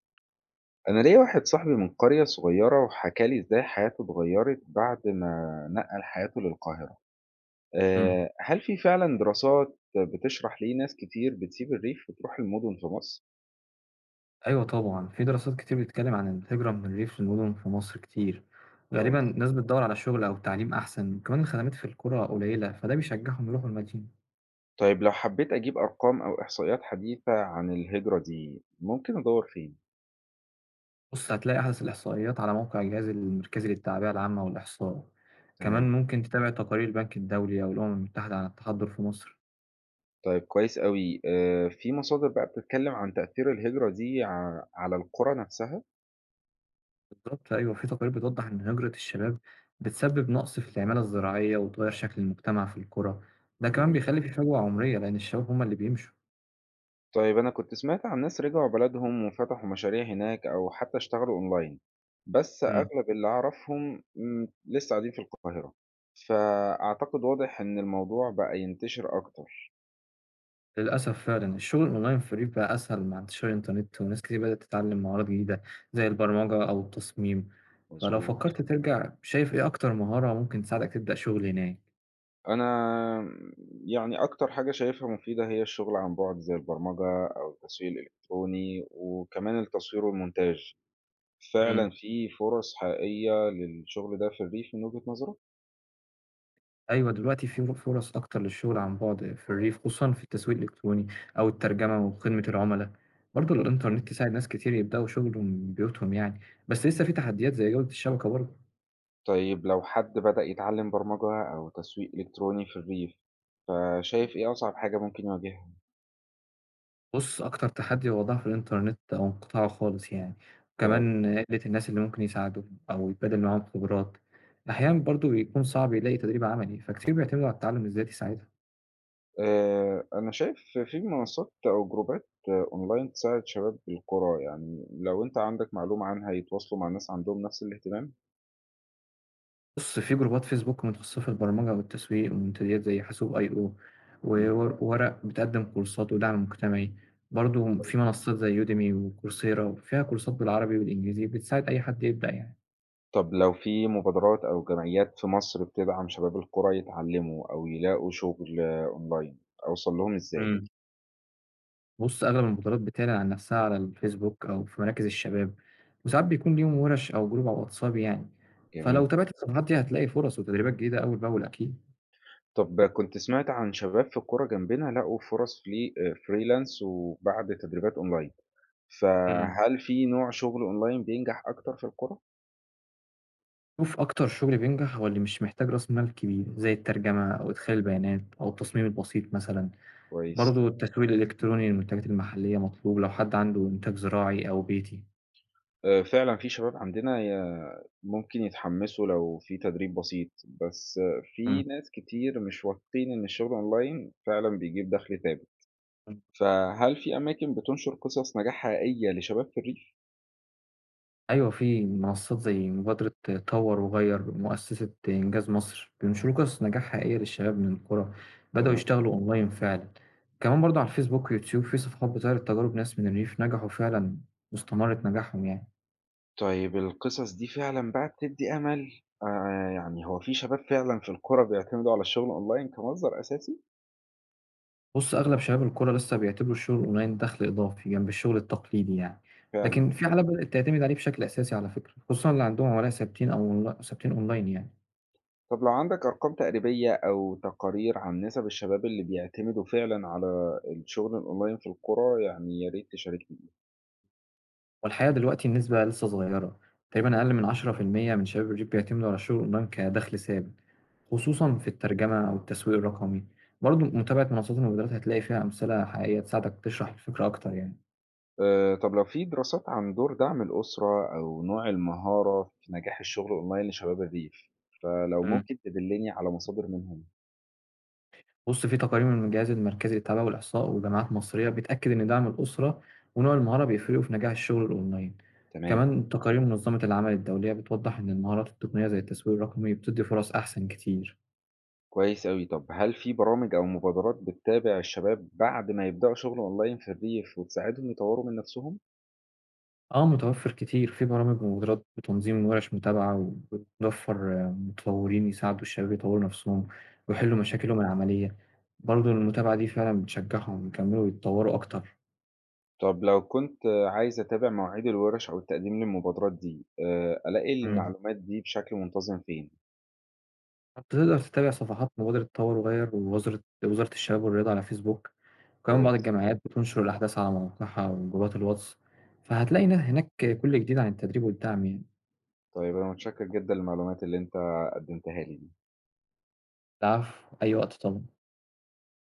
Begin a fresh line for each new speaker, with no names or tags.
أنا ليا واحد صاحبي من قرية صغيرة وحكى لي إزاي حياته اتغيرت بعد ما نقل حياته للقاهرة.
إمم.
هل في فعلا دراسات بتشرح ليه ناس كتير بتسيب الريف وتروح المدن في مصر؟
أيوه طبعًا، في دراسات كتير بتتكلم عن الهجرة من الريف للمدن في مصر كتير، غالبًا
كويس.
ناس بتدوّر على شغل أو تعليم أحسن، كمان الخدمات في القرى قليلة، فده بيشجعهم يروحوا المدينة.
طيب لو حبيت أجيب أرقام أو إحصائيات حديثة عن الهجرة دي ممكن أدور فين؟
بُص، هتلاقي أحدث الإحصائيات على موقع الجهاز المركزي للتعبئة العامة والإحصاء،
تمام.
كمان ممكن تتابع تقارير البنك الدولي أو الأمم المتحدة عن التحضّر في مصر.
طيب كويس قوي. في مصادر بقى بتتكلم عن تأثير الهجرة دي على القرى نفسها؟
بالضبط أيوه، في تقارير بتوضّح إن هجرة الشباب بتسبب نقص في العمالة الزراعية وتغيّر شكل المجتمع في القرى، ده كمان
جميل.
بيخلّي في فجوة عمرية لإن الشباب هم اللي بيمشوا.
طيب أنا كنت سمعت عن ناس رجعوا بلدهم وفتحوا مشاريع هناك أو حتى اشتغلوا أونلاين، بس
إمم.
أغلب اللي أعرفهم لسه قاعدين في القاهرة، فأعتقد واضح إن الموضوع بقى ينتشر أكتر.
للأسف فعلًا الشغل الأونلاين في الريف بقى أسهل مع انتشار الإنترنت، وناس كتير بدأت تتعلم مهارات جديدة زي البرمجة أو التصميم، فلو
مظبوط.
فكرت ترجع شايف إيه أكتر مهارة ممكن تساعدك تبدأ شغل هناك؟
أنا يعني أكتر حاجة شايفها مفيدة هي الشغل عن بعد زي البرمجة أو التسويق الإلكتروني وكمان التصوير والمونتاج. فعلا
امم.
في فرص حقيقية للشغل ده في الريف من وجهة نظرك؟
أيوه دلوقتي في فرص أكتر للشغل عن بُعد في الريف خصوصًا في التسويق الإلكتروني أو الترجمة وخدمة العملا، برضه الإنترنت ساعد ناس كتير يبدأوا شغل من بيوتهم يعني، بس لسه في تحديات زي جودة الشبكة برضه.
طيب لو حد بدأ يتعلم برمجة أو تسويق إلكتروني في الريف، فشايف إيه أصعب حاجة ممكن يواجهها؟
بُص، أكتر تحدي هو ضعف الإنترنت أو انقطاعه خالص يعني،
ف-
وكمان قِلّة الناس اللي ممكن يساعدوهم أو يتبادل معاهم خبرات، أحيانًا برضه بيكون صعب يلاقي تدريب عملي، فكتير بيعتمدوا على التعلم الذاتي ساعتها.
أنا شايف في منصات أو جروبات أونلاين تساعد شباب القرى، يعني لو أنت عندك معلومة عنها يتواصلوا مع ناس عندهم نفس الاهتمام.
بُص، في جروبات فيسبوك متخصصة في البرمجة والتسويق ومنتديات زي حاسوب .io و
مم.
و وورق بتقدم كورسات ودعم مجتمعي، برضه
طيب.
في منصات زي Udemy وCoursera فيها كورسات بالعربي والإنجليزي بتساعد أي حد يبدأ يعني.
طب لو في مبادرات أو جمعيات في مصر بتدعم شباب القرى يتعلموا أو يلاقوا شغل أونلاين، أوصل لهم إزاي؟
إمم. بُص، أغلب البطولات بتعلن عن نفسها على الفيسبوك أو في مراكز الشباب، وساعات بيكون ليهم ورش أو جروب على الواتساب يعني،
جميل.
فلو تابعت الصفحات دي هتلاقي فرص وتدريبات جديدة أول بأول أكيد.
طب كنت سمعت عن شباب في الكورة جنبنا لقوا فرص فريلانس وبعد تدريبات اونلاين،
إمم.
فهل في نوع شغل اونلاين بينجح اكتر في الكورة؟
شوف أكتر شغل بينجح هو اللي مش محتاج رأس مال كبير، زي الترجمة أو إدخال البيانات أو التصميم البسيط مثلًا،
كويس.
برضه التسويق الإلكتروني للمنتجات المحلية مطلوب لو حد عنده إنتاج زراعي أو بيتي.
فعلا في شباب عندنا ممكن يتحمسوا لو في تدريب بسيط، بس في
إمم.
ناس كتير مش واثقين ان الشغل اونلاين فعلا بيجيب دخل ثابت، فهل في اماكن بتنشر قصص نجاح حقيقية لشباب في الريف؟
أيوة في منصات زي مبادرة طور وغير مؤسسة إنجاز مصر بينشروا قصص نجاح حقيقية للشباب من القرى بدأوا
تمام.
يشتغلوا أونلاين فعلا. كمان برضه على الفيسبوك ويوتيوب في صفحات بتعرض تجارب ناس من الريف نجحوا فعلا واستمرت نجاحهم يعني.
طيب القصص دي فعلًا بقى بتدّي أمل. يعني هو في شباب فعلًا في القرى بيعتمدوا على الشغل أونلاين كمصدر أساسي؟
بص أغلب شباب القرى لسه بيعتبروا الشغل أونلاين دخل إضافي جنب الشغل التقليدي يعني،
فعلًا.
لكن في حالات بدأت تعتمد عليه بشكل أساسي على فكرة، خصوصا اللي عندهم عملاء ثابتين أو ثابتين أونلاين يعني.
طب لو عندك أرقام تقريبية أو تقارير عن نسب الشباب اللي بيعتمدوا فعلًا على الشغل الأونلاين في القرى، يعني يا ريت تشاركني.
والحقيقة دلوقتي النسبة لسه صغيرة، تقريبا أقل من 10% من شباب الريف بيعتمدوا على الشغل أونلاين كدخل ثابت، خصوصا في الترجمة أو التسويق الرقمي. برضه متابعة منصات المبادرات هتلاقي فيها أمثلة حقيقية تساعدك تشرح الفكرة أكتر يعني.
طب لو في دراسات عن دور دعم الأسرة أو نوع المهارة في نجاح الشغل أونلاين لشباب الريف، فلو
امم
ممكن تدلّني على مصادر منهم.
بص في تقارير من الجهاز المركزي للتعبئة والإحصاء وجامعات مصرية بتأكد إن دعم الأسرة ونوع المهارة بيفرقوا في نجاح الشغل الأونلاين.
تمام.
كمان تقارير منظمة العمل الدولية بتوضح إن المهارات التقنية زي التسويق الرقمي بتدي فرص أحسن كتير.
كويس أوي. طب هل في برامج أو مبادرات بتتابع الشباب بعد ما يبدأوا شغل أونلاين في الريف وتساعدهم يطوروا من نفسهم؟
آه، متوفّر كتير، في برامج ومبادرات بتنظيم وورش متابعة، وبتوفّر متطوّرين يساعدوا الشباب يطوّروا نفسهم
مم.
ويحلّوا مشاكلهم العملية، برضه المتابعة دي فعلًا بتشجّعهم يكمّلوا يتطوّروا أكتر.
طب لو كنت عايز أتابع مواعيد الورش أو التقديم للمبادرات دي، ألاقي
إمم،
المعلومات دي بشكل منتظم فين؟
أنت تقدر تتابع صفحات مبادرة تطوّر وغيّر ووزارة وزارة الشباب والرياضة على فيسبوك، وكمان بعض
كويس.
الجمعيات بتنشر الأحداث على مواقعها وجروبات الواتس، فهتلاقي هناك كل جديد عن التدريب والدعم يعني.
طيب أنا متشكر جدا للمعلومات اللي أنت قدمتها لي.
العفو، أي وقت طبعًا.